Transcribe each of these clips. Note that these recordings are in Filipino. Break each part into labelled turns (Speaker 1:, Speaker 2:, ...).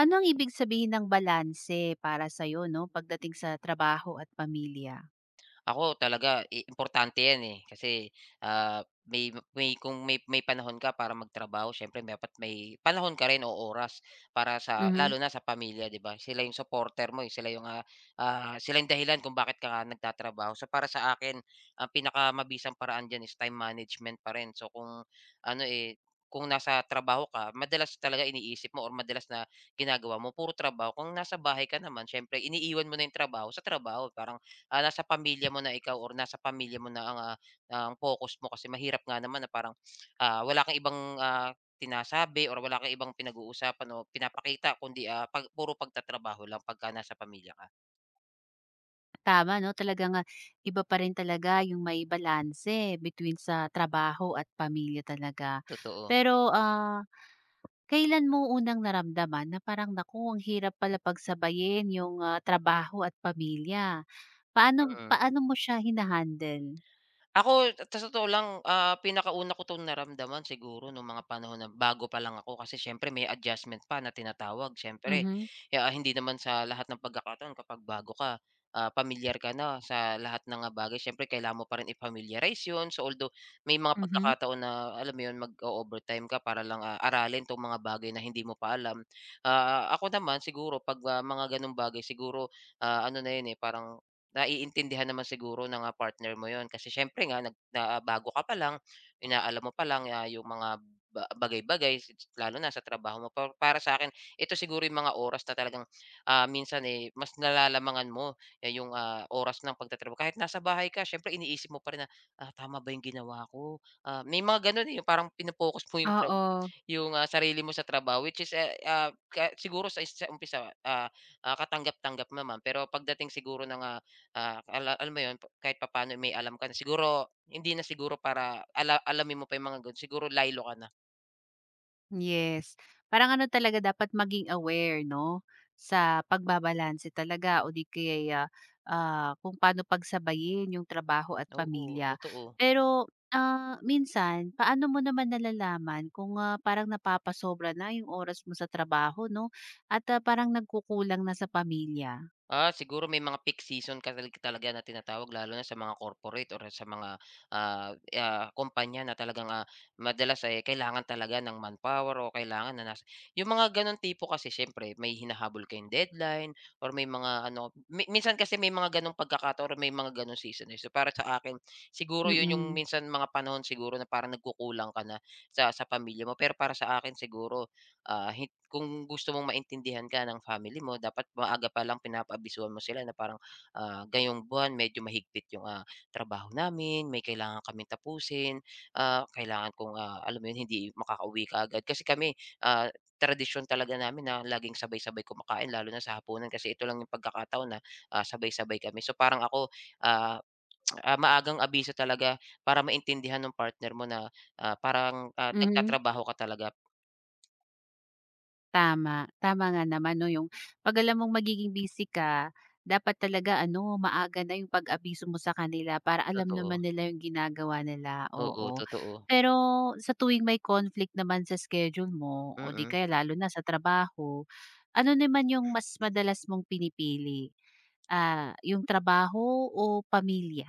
Speaker 1: Ano ang ibig sabihin ng balanse para sa'yo 'no, pagdating sa trabaho at pamilya?
Speaker 2: Ako talaga importante 'yan, eh, kasi, may kung may panahon ka para magtrabaho siyempre dapat may panahon ka rin o oras para sa
Speaker 1: Mhm,
Speaker 2: lalo na sa pamilya, 'di ba? Sila yung supporter mo, eh, sila yung dahilan kung bakit ka nga nagtatrabaho. So, para sa akin ang pinakamabisang paraan diyan is time management pa rin. So, ano, eh, kung nasa trabaho ka madalas talaga iniisip mo or madalas na ginagawa mo puro trabaho. Kung nasa bahay ka naman siyempre iniiwan mo na yung trabaho sa trabaho. Parang nasa pamilya mo na ikaw or nasa pamilya mo na ang, ang focus mo kasi mahirap nga naman na parang, wala kang ibang, sinasabi or wala kang ibang pinag-uusapan o pinapakita kundi, pag puro pagtatrabaho lang pagka nasa pamilya ka,
Speaker 1: tama 'no, talagang nga iba pa rin talaga yung may balanse between sa trabaho at pamilya talaga.
Speaker 2: totoo.
Speaker 1: Pero, kailan mo unang naramdaman na parang, "Naku, ang hirap pala pagsabayin yung, trabaho at pamilya." Paano
Speaker 2: Mm.
Speaker 1: Paano mo siya hina-handle?
Speaker 2: Sa totoo lang, pinakauna ko 'tong naramdaman siguro nung mga panahon na bago pa lang ako kasi siyempre may adjustment pa na tinatawag. Siyempre,
Speaker 1: Mhm,
Speaker 2: hindi naman sa lahat ng pagkakataon kapag bago ka, pamilyar ka na sa lahat ng mga bagay. Siyempre kailangan mo pa rin i-familiarize 'yun. So, although may mga
Speaker 1: mhm,
Speaker 2: pagkakataon na alam mo 'yun, mag overtime ka para lang, aralin 'tong mga bagay na hindi mo pa alam. Ako naman siguro 'pag, mga gano'ng bagay siguro, ano na 'yun, eh, parang naiintindihan naman siguro ng, partner mo yon kasi siyempre nga bago ka pa lang, inaalam mo pa lang, yung mga bagay-bagay lalo na sa trabaho mo. Para sa akin ito siguro yung mga oras na talagang, minsan, eh, mas nalalamangan mo, eh, yung, oras ng pagtatrabaho. Kahit nasa bahay ka siyempre iniisip mo pa rin na, "Ah, tama ba yung ginawa ko?" May mga gano'n, eh, yung parang pino mo yung trab
Speaker 1: oo.
Speaker 2: yung, sarili mo sa trabaho which is, eh, ka siguro sa umpisa, katanggap-tanggap naman pero pagdating siguro ng, alam mo 'yun, kahit papaano may alam ka na. Siguro hindi na siguro para alamin mo pa 'yung mga gano'n, siguro laylo ka na.
Speaker 1: Yes, parang ano talaga dapat maging aware 'no, sa pagbabalanse talaga o di kaya, kung paano pagsabayin yung trabaho at
Speaker 2: Oo,
Speaker 1: pamilya.
Speaker 2: totoo.
Speaker 1: Pero, minsan paano mo naman nalalaman kung, parang napapasobra na yung oras mo sa trabaho 'no, at, parang nagkukulang na sa pamilya?
Speaker 2: Siguro may mga peak season ka talaga na tinatawag lalo na sa mga corporate or sa mga, kumpanya na talagang, madalas, ay kailangan talaga ng manpower o kailangan na yung mga gano'ng tipo kasi siyempre may hinahabol kayong deadline or may mga ano minsan kasi may mga gano'ng pagkakataon or may mga gano'ng season, eh. So, para sa akin siguro 'yun yung
Speaker 1: Mm,
Speaker 2: minsan mga panahon siguro na parang nagkukulang ka na sa pamilya mo. Pero para sa akin siguro, Ah, hin kung gusto mong maintindihan ka ng family mo dapat maaga pa lang pinapaabisuhan mo sila na parang, "Ngayong buwan medyo mahigpit yung, trabaho namin, may kailangan kaming tapusin, kailangan kong, alam mo yun, hindi makakauwi kaagad." Kasi kami, ah, tradisyon talaga namin na laging sabay-sabay kumakain lalo na sa hapunan kasi ito lang yung pagkakataon na, sabay-sabay kami. So, parang ako, ah, maagang abiso talaga para maintindihan ng partner mo na, parang,
Speaker 1: mhm.
Speaker 2: nagtatrabaho ka talaga,
Speaker 1: Tama, tama nga naman 'no, yung 'pag alam mong magiging busy ka, dapat talaga ano, maaga na yung pag-abiso mo sa kanila para alam
Speaker 2: totoo.
Speaker 1: naman nila yung ginagawa nila,
Speaker 2: Oo,
Speaker 1: oo.
Speaker 2: totoo.
Speaker 1: Pero sa tuwing may conflict naman sa schedule mo o di
Speaker 2: Mm,
Speaker 1: kaya lalo na sa trabaho, ano naman yung mas madalas mong pinipili? Yung trabaho o pamilya?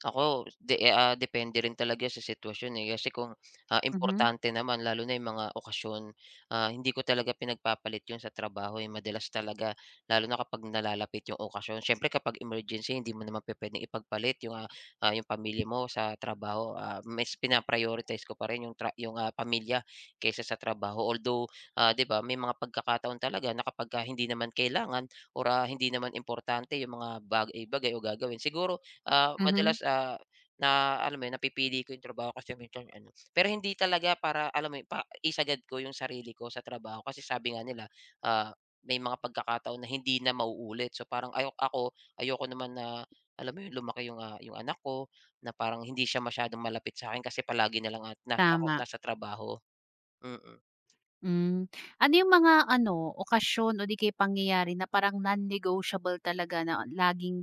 Speaker 2: Ako, depende rin talaga sa sitwasyon, eh. Kasi kung,
Speaker 1: Mhm,
Speaker 2: importante naman lalo na yung mga okasyon, hindi ko talaga pinagpapalit yun sa trabaho, eh. Madalas talaga lalo na kapag nalalapit yung okasyon. Siyempre kapag emergency hindi mo naman pupuwedeng ipagpalit yung, pamilya mo sa trabaho. Mas pinaprioritize ko pa rin yung tra yung, pamilya kaysa sa trabaho. Although, 'di ba, may mga pagkakataon talaga na kapagka hindi naman kailangan or, hindi naman importante yung mga bagay-bagay o gagawin, siguro
Speaker 1: mhm,
Speaker 2: madalas, na alam mo yun, napipili ko yung trabaho kasi minsan ano, pero hindi talaga, para alam mo yun, pa isagad ko yung sarili ko sa trabaho kasi sabi nga nila, ah, may mga pagkakataon na hindi na mauulit. So, parang ayoko naman na alam mo yun, lumaki yung anak ko na parang hindi siya masyadong malapit sa akin kasi palagi na lang at nasa ako
Speaker 1: tama.
Speaker 2: nasa trabaho. Mm,
Speaker 1: Hmm. Ano yung mga ano, okasyon o di kaya pangyayari na parang non-negotiable talaga na laging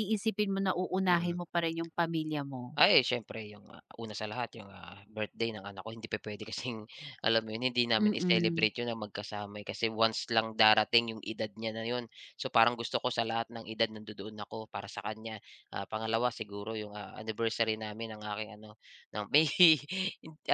Speaker 1: iisipin mo na
Speaker 2: mm.
Speaker 1: uunahin mo pa rin yung pamilya mo?
Speaker 2: Ay, siyempre yung, una sa lahat yung, birthday ng anak ko hindi pa pwede kasing alam mo yun, hindi namin
Speaker 1: Mm.
Speaker 2: i-celebrate yun na magkasama, eh, kasi once lang darating yung edad niya na yun. So, parang gusto ko sa lahat ng edad nandodoon ako para sa kanya. Pangalawa siguro yung, anniversary namin ng aking ano, ng may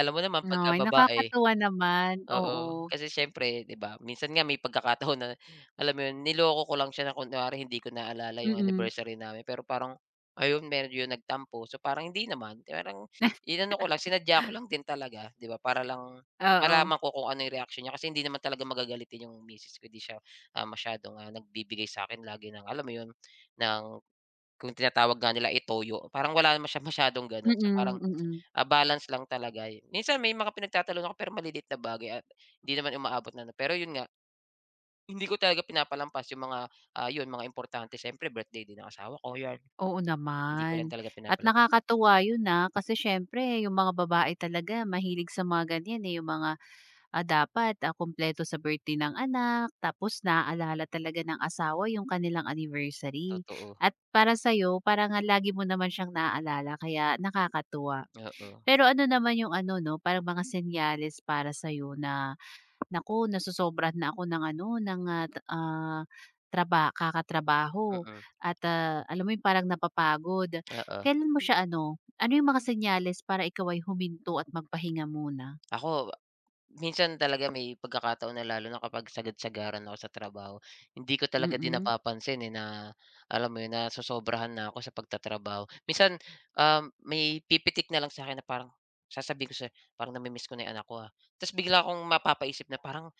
Speaker 2: alam mo naman pagka
Speaker 1: Ay,
Speaker 2: babae.
Speaker 1: nakakatuwa naman,
Speaker 2: Oo,
Speaker 1: oo.
Speaker 2: kasi siyempre 'di ba, minsan nga may pagkakataon na alam mo 'yun, niloko ko lang siya na kunwari hindi ko naalala yung
Speaker 1: Mm,
Speaker 2: anniversary namin pero parang ayun medyo nagtampo. So, parang hindi naman, parang inano ko lang, sinadya ko lang din talaga 'di ba, para lang
Speaker 1: oo.
Speaker 2: malaman ko kung ano yung reaksyon niya kasi hindi naman talaga magagalitin yung misis ko, 'di siya, masyadong, nagbibigay sa akin lagi ng alam mo 'yun, ng kung tinatawag nga nila, itoyo, parang wala naman siya masyadong gano'n. So,
Speaker 1: Mm,
Speaker 2: parang
Speaker 1: mm.
Speaker 2: Balance lang talaga eh. Minsan may mga pinagtatalunan ako pero maliliit na bagay at hindi naman umaabot na ano, pero yun nga, hindi ko talaga pinapalampas yung mga, yun mga importante, siyempre birthday din ng asawa ko yan,
Speaker 1: Oo
Speaker 2: hindi ko rin
Speaker 1: naman
Speaker 2: talaga
Speaker 1: at
Speaker 2: pinapalampas,
Speaker 1: nakakatuwa yun, kasi siyempre yung mga babae talaga mahilig sa mga ganyan, eh, yung mga dapat, kumpleto sa birthday ng anak, tapos naaalala talaga ng asawa yung kanilang anniversary.
Speaker 2: totoo,
Speaker 1: At para sa'yo, parang nga lagi mo naman siyang naaalala kaya nakakatuwa.
Speaker 2: oo,
Speaker 1: Pero ano naman yung ano 'no, parang mga senyales para sa'yo na, "Naku, nasosobrahan na ako ng ano, ng, ah, ta ah, traba kakatrabaho
Speaker 2: mm,
Speaker 1: at, alam mo yung parang napapagod."
Speaker 2: oo.
Speaker 1: Kailan mo siya ano, ano yung mga senyales para ikaw ay huminto at magpahinga muna?
Speaker 2: Ako, minsan talaga may pagkakataon na lalo na kapag sagad-sagaran ako sa trabaho, hindi ko talaga din
Speaker 1: Mm.
Speaker 2: napapansin, eh, na alam mo yun, nasosobrahan na ako sa pagtatrabaho. Minsan, may pipitik na lang sa akin na parang sasabihin ko sa parang nami-miss ko na yung anak ko, ah. Ta's bigla akong mapapaisip na parang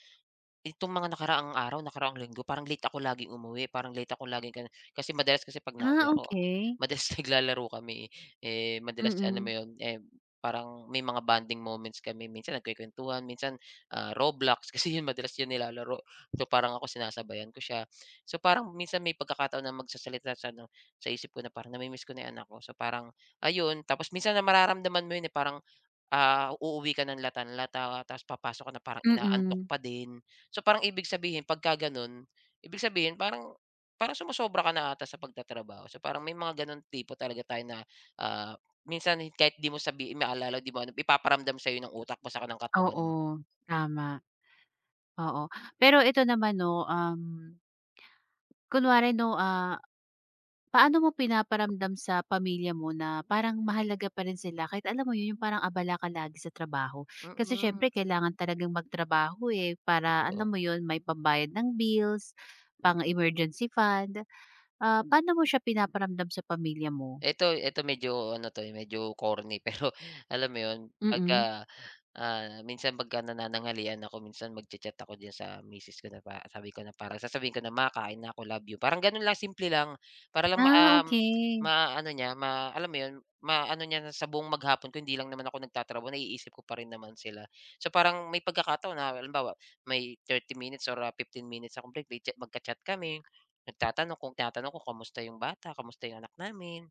Speaker 2: itong mga nakaraang araw, nakaraang linggo parang late ako laging umuwi, parang late ako laging kasi madalas kasi 'pag nauwi
Speaker 1: Ah,
Speaker 2: ako,
Speaker 1: okay.
Speaker 2: madalas naglalaro kami, eh. Eh, madalas alam mo
Speaker 1: Mm,
Speaker 2: 'yun, eh, parang may mga bonding moments kami, minsan nagkukuwentuhan, minsan, Roblox kasi 'yun madalas 'yun nilalaro. So, parang ako sinasabayan ko siya. So, parang minsan may pagkakataon na magsasalita sa isip ko na parang nami-miss ko na 'yung anak ko. So, parang ayun, tapos minsan na mararamdaman mo 'yun, eh, parang uuwi ka ng latang-lata tapos papasok ka na parang inaantok
Speaker 1: mm.
Speaker 2: pa din. So, parang ibig sabihin pagka gano'n, ibig sabihin parang parang sumasobra ka na 'ata sa pagtatrabaho. So, parang may mga gano'ng tipo talaga tayo na, ah, minsan kahit 'di mo sabi maalala, 'di mo ano, ipaparamdam sa'yo ng utak mo saka ng katawan
Speaker 1: Oo,
Speaker 2: mo.
Speaker 1: tama, oo. Pero ito naman 'no, kunwari 'no, paano mo pinaparamdam sa pamilya mo na parang mahalaga pa rin sila kahit alam mo 'yun, yung parang abala ka lagi sa trabaho? Kasi
Speaker 2: Mm,
Speaker 1: siyempre kailangan talagang magtrabaho, eh, para alam
Speaker 2: totoo.
Speaker 1: mo 'yun, may pambayad ng bills, pang-emergency fund. Paano mo siya pinaparamdam sa pamilya mo?
Speaker 2: Ito medyo ano 'to, eh, medyo corny pero alam mo 'yun
Speaker 1: Mm.
Speaker 2: pagka, minsan pagka nanananghalian ako minsan magcha-chat ako diyan sa misis ko na pa sabi ko na parang sasabihin ko na, makain na ako, love you." Parang ganun lang, simple lang. Para lang
Speaker 1: Ah, okey.
Speaker 2: maano niya, alam mo 'yun, maano niya na sa buong maghapon ko hindi lang naman ako nagtatrabaho, naiisip ko pa rin naman sila. So, parang may pagkakataon na halimbawa may 30 minutes or, 15 minutes akong break, may chat magka-chat kami, nagtatanong kung tinatanong ko, "Kamusta 'yung bata, kamusta 'yung anak namin?"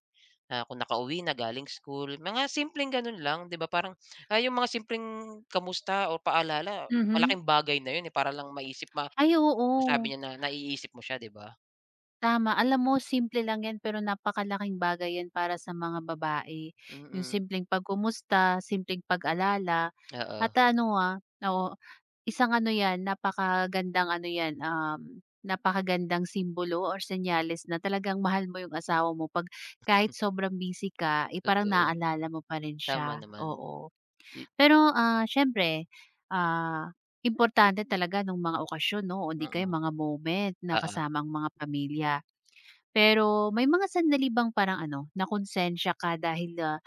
Speaker 2: Kung nakauwi na galing school, mga simpleng gano'n lang, 'di ba parang, yung mga simpleng kamusta o paalala,
Speaker 1: Mhm.
Speaker 2: malaking bagay na 'yun, eh, para lang maisip, ma
Speaker 1: Ay,
Speaker 2: masabi
Speaker 1: oo.
Speaker 2: niya na naiisip mo siya, 'di ba?
Speaker 1: Tama. Alam mo simple lang 'yan pero napakalaking bagay 'yan para sa mga babae. Yung
Speaker 2: Mm,
Speaker 1: simpleng pagkumusta, simpleng pag-alala
Speaker 2: oo,
Speaker 1: at ano, oo, isang ano 'yan, napakagandang ano 'yan, napakagandang simbolo or senyales na talagang mahal mo yung asawa mo 'pag kahit sobrang busy ka, eh, parang
Speaker 2: totoo,
Speaker 1: naaalala mo pa rin
Speaker 2: tama
Speaker 1: siya,
Speaker 2: naman,
Speaker 1: oo.
Speaker 2: i
Speaker 1: Pero, siyempre, ah, importante talaga nung mga okasyon 'no o di kaya
Speaker 2: mm,
Speaker 1: mga moment na
Speaker 2: oo.
Speaker 1: kasama ang mga pamilya. Pero may mga sandali bang parang ano, nakonsensya ka dahil, ah,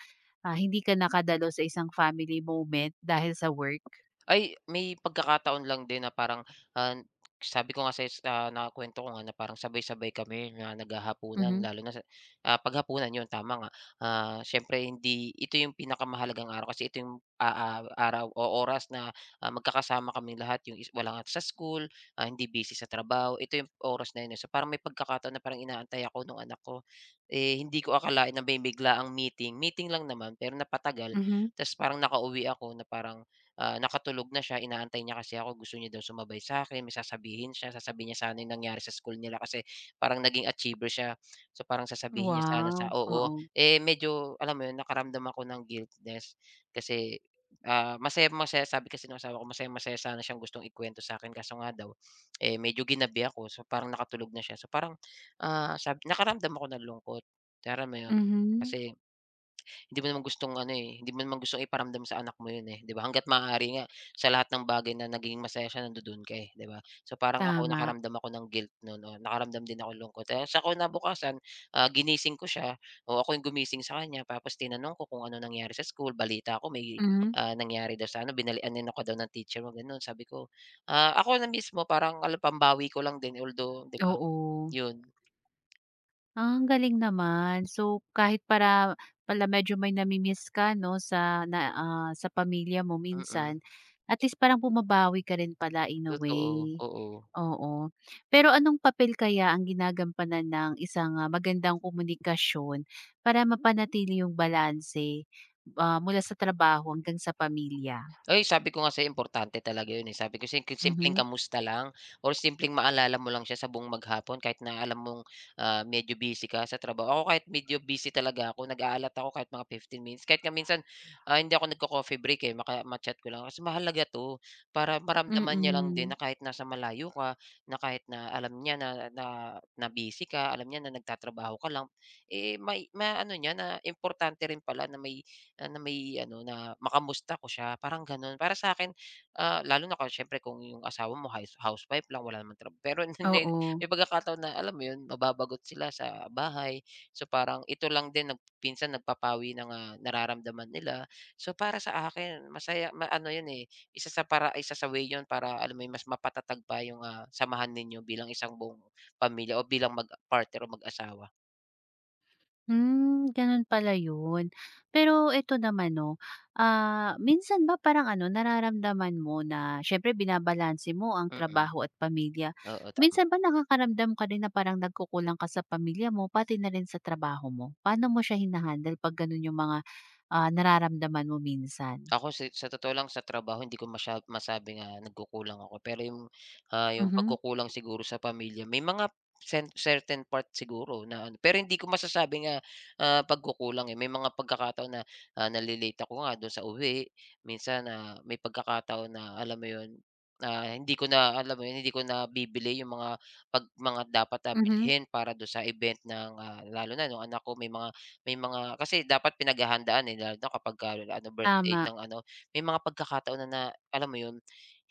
Speaker 1: ah, hindi ka nakadalo sa isang family moment dahil sa work?
Speaker 2: Ay, may pagkakataon lang din na parang, ah, sabi ko nga sa'yo, sa nakuwento ko nga na parang sabay-sabay kami na naghahapunan
Speaker 1: Mhm,
Speaker 2: lalo na sa paghapunan 'yun, tama nga. Siyempre hindi ito yung pinakamahalagang araw kasi ito yung, araw o oras na, magkakasama kaming lahat, yung is wala nga sa school, hindi busy sa trabaho, ito yung oras na 'yun, eh. So, parang may pagkakataon na parang inaantay ako nung anak ko, eh, hindi ko akalain na may bigla ang meeting, meeting lang naman pero napatagal.
Speaker 1: mhm.
Speaker 2: Tapos parang nakauwi ako na parang nakatulog na siya, inaantay niya kasi ako, gusto niya daw sumabay sa'kin, may sasabihin siya, sasabihin niya sana yung nangyari sa school nila kasi parang naging achiever siya. So, parang sasabihin niya sana sa
Speaker 1: Wow,
Speaker 2: oo.
Speaker 1: oo.
Speaker 2: Eh, medyo alam mo yun, nakaramdam ako ng guiltness kasi, masayang-masaya sabi kasi ng asawa ko, masaya masaya sana siyang gustong ikuwento sa'kin kaso nga daw, eh, medyo ginabi ako, so parang nakatulog na siya. So, parang, ah, sab nakaramdam ako ng lungkot, alam mo yun?
Speaker 1: Mhm,
Speaker 2: Kasi hindi mo naman gustong iparamdam sa anak mo 'yun, eh, 'di ba? Hangga't maaari nga sa lahat ng bagay na nagiging masaya siya nandodo'n ka, eh, 'di ba? So, parang ako
Speaker 1: tama.
Speaker 2: nakaramdam ako ng guilt no'n, oo, nakaramdam din ako ng lungkot. Kaya sa kinabukasan, ginising ko siya, oo, ako 'yung gumising sa kanya tapos tinanong ko kung ano nangyari sa school, balita ko may,
Speaker 1: Mhm,
Speaker 2: nangyari daw sa ano, binalian din ako daw ng teacher mo, gano'n. Sabi ko, ako na mismo parang alam pambawi ko lang din although 'di ba,
Speaker 1: oo.
Speaker 2: 'yun,
Speaker 1: Ah, ang galing naman. So, kahit para pala medyo may nami-miss ka 'no sa na, sa pamilya mo minsan,
Speaker 2: mm,
Speaker 1: at least parang bumabawi ka rin pala in a way.
Speaker 2: totoo, oo.
Speaker 1: Oo. Pero anong papel kaya ang ginagampanan ng isang, magandang komunikasyon para mapanatili yung balanse, mula sa trabaho hanggang sa pamilya?
Speaker 2: Ay, sabi ko nga sa'yo importante talaga yun, eh. Sabi ko simpleng
Speaker 1: Mhm.
Speaker 2: kamusta lang or simpleng maalala mo lang siya sa buong maghapon kahit na alam mong, medyo busy ka sa trabaho. Ako kahit medyo busy talaga ako, nag-aalat ako kahit mga 15 minutes. Kahit nga minsan, hindi ako nagco-coffee break, eh, maka ma-chat ko lang kasi mahalaga 'to para maramdaman niya lang din
Speaker 1: Mm.
Speaker 2: na kahit nasa malayo ka, na kahit na alam niya na na na busy ka, alam niya na nagtatrabaho ka lang, eh, may maano niya na importante rin pala na may Ah, na may ano, na makamusta ko siya parang gano'n. Para sa'kin, lalo na kung siyempre kung yung asawa mo housewife lang wala namang trabaho pero hindi
Speaker 1: Oo.
Speaker 2: may pagkakataon na alam mo yun, mababagot sila sa bahay. So, parang ito lang din minsan nagpapawi ng, nararamdaman nila. So, para sa akin masaya ano yun, eh, isa sa para isa sa way yun para alam mo yun mas mapatatag pa yung, samahan ninyo bilang isang buong pamilya o bilang mag partner o mag-asawa.
Speaker 1: Hmm, ganun pala yun. Pero eto naman 'no, minsan ba parang ano nararamdaman mo na siyempre binabalanse mo ang
Speaker 2: Mm,
Speaker 1: trabaho at pamilya.
Speaker 2: oo, tama.
Speaker 1: Minsan ba nakakaramdam ka rin na parang nagkukulang ka sa pamilya mo pati na rin sa trabaho mo? Paano mo siya hina 'pag ganun yung mga, nararamdaman mo minsan?
Speaker 2: Ako sa totoo lang sa trabaho hindi ko masabi nga nagkukulang ako, pero yung, yung
Speaker 1: Mhm,
Speaker 2: pagkukulang siguro sa pamilya may mga certain part siguro na ano, pero hindi ko masasabi nga, pagkukulang, eh. May mga pagkakataon na, nale ako nga do'n sa uwi, minsan, na may pagkakataon na alam mo 'yun, na hindi ko na alam mo 'yun, hindi ko na bibili yung mga 'pag mga dapat na
Speaker 1: mhm,
Speaker 2: bilhin para do sa event ng, lalo na nung anak ko may mga kasi dapat pinaghahandaan, eh, lalo na kapagka ano, birthday
Speaker 1: tama.
Speaker 2: ng ano, may mga pagkakataon na na alam mo 'yun,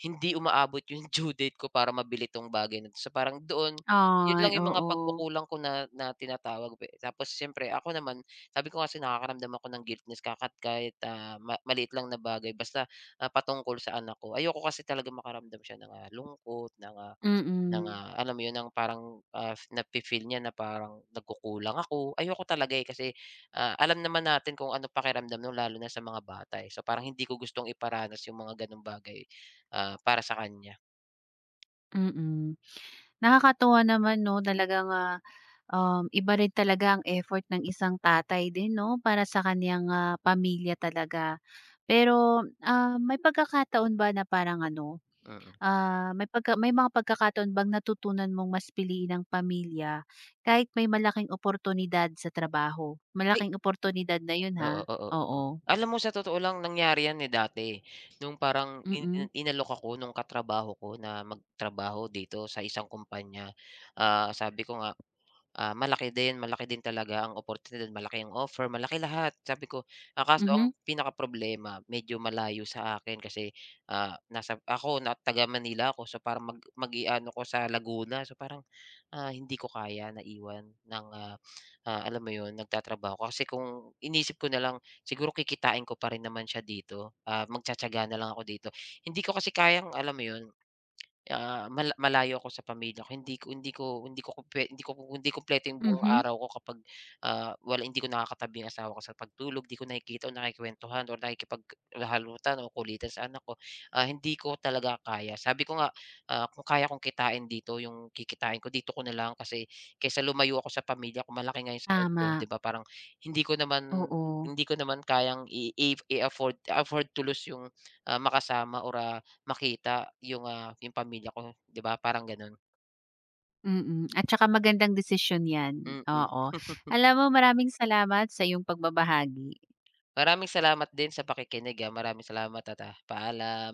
Speaker 2: hindi umaabot 'yung due date ko para mabili 'tong bagay na 'to. So, parang doon, 'yun
Speaker 1: Ay
Speaker 2: lang 'yung mga
Speaker 1: oo,
Speaker 2: pagkukulang ko na na tinatawag pe tapos siyempre ako naman, sabi ko kasi nakakaramdam ako ng guiltness kakat kahit, ma maliit lang na bagay basta, patungkol sa anak ko. Ayoko kasi talaga makaramdam siya ng, lungkot, ng, ah ng,
Speaker 1: mm,
Speaker 2: alam mo 'yun, ng parang, nafi-feel niya na parang nagkukulang ako. Ayoko talaga, eh, kasi, alam naman natin kung ano pakiramdam no'n lalo na sa mga bata, eh. So, parang hindi ko gustong iparanas yung mga gano'ng bagay, para sa kanya,
Speaker 1: mm. Nakakatuwa naman 'no, talagang, iba rin talaga ang effort ng isang tatay din 'no, para sa kaniyang, pamilya talaga. Pero, may pagkakataon ba na parang ano,
Speaker 2: mm.
Speaker 1: may mga pagkakataon bang natutunan mong mas piliin ang pamilya kahit may malaking oportunidad sa trabaho?
Speaker 2: Ay,
Speaker 1: Malaking oportunidad na 'yun, ha.
Speaker 2: oo, oo, oo.
Speaker 1: Oo,
Speaker 2: Alam mo sa totoo lang nangyari 'yan, eh, dati, eh. Nung parang in
Speaker 1: mm.
Speaker 2: inalok ako nung katrabaho ko na magtrabaho dito sa isang kumpanya. Sabi ko nga, malaki din talaga ang oportunidad, malaki ang offer, malaki lahat. Sabi ko, kaso
Speaker 1: Mhm,
Speaker 2: ang pinakaproblema medyo malayo sa akin kasi, nasa ako na taga Manila ako, so parang mag mag i ko sa Laguna. So parang, hindi ko kaya na iwan ng, ah ah, alam mo 'yun, nagtatrabaho ko. Kasi kung inisip ko na lang siguro kikitain ko pa rin naman siya dito, magtitiyaga na lang ako dito. Hindi ko kasi kayang alam mo 'yun Ah, malayo ako sa pamilya ko. Hindi ko hindi ko hindi kumpleto yung buong
Speaker 1: mhm.
Speaker 2: araw ko kapag, wala hindi ko nakakatabi ang asawa ko sa pagtulog, di ko nakikita o nakikwentuhan or nakikipaghalutan o kulitan sa anak ko. Hindi ko talaga kaya. Sabi ko nga, kung kaya kong kitain dito yung kikitain ko, dito ko na lang kasi kaysa lumayo ako sa pamilya ko, malaki nga yung sahod ko,
Speaker 1: Tama,
Speaker 2: di ba? Parang hindi ko naman
Speaker 1: oo.
Speaker 2: hindi ko naman kayang i i-afford afford to lose yung, makasama or, ah, makita yung, yung pamilya ko, 'di ba, parang gano'n.
Speaker 1: Mm, at saka magandang desisyon 'yan,
Speaker 2: Mm.
Speaker 1: oo. Alam mo maraming salamat sa iyong pagbabahagi.
Speaker 2: Maraming salamat din sa pakikinig, maraming salamat at, paalam.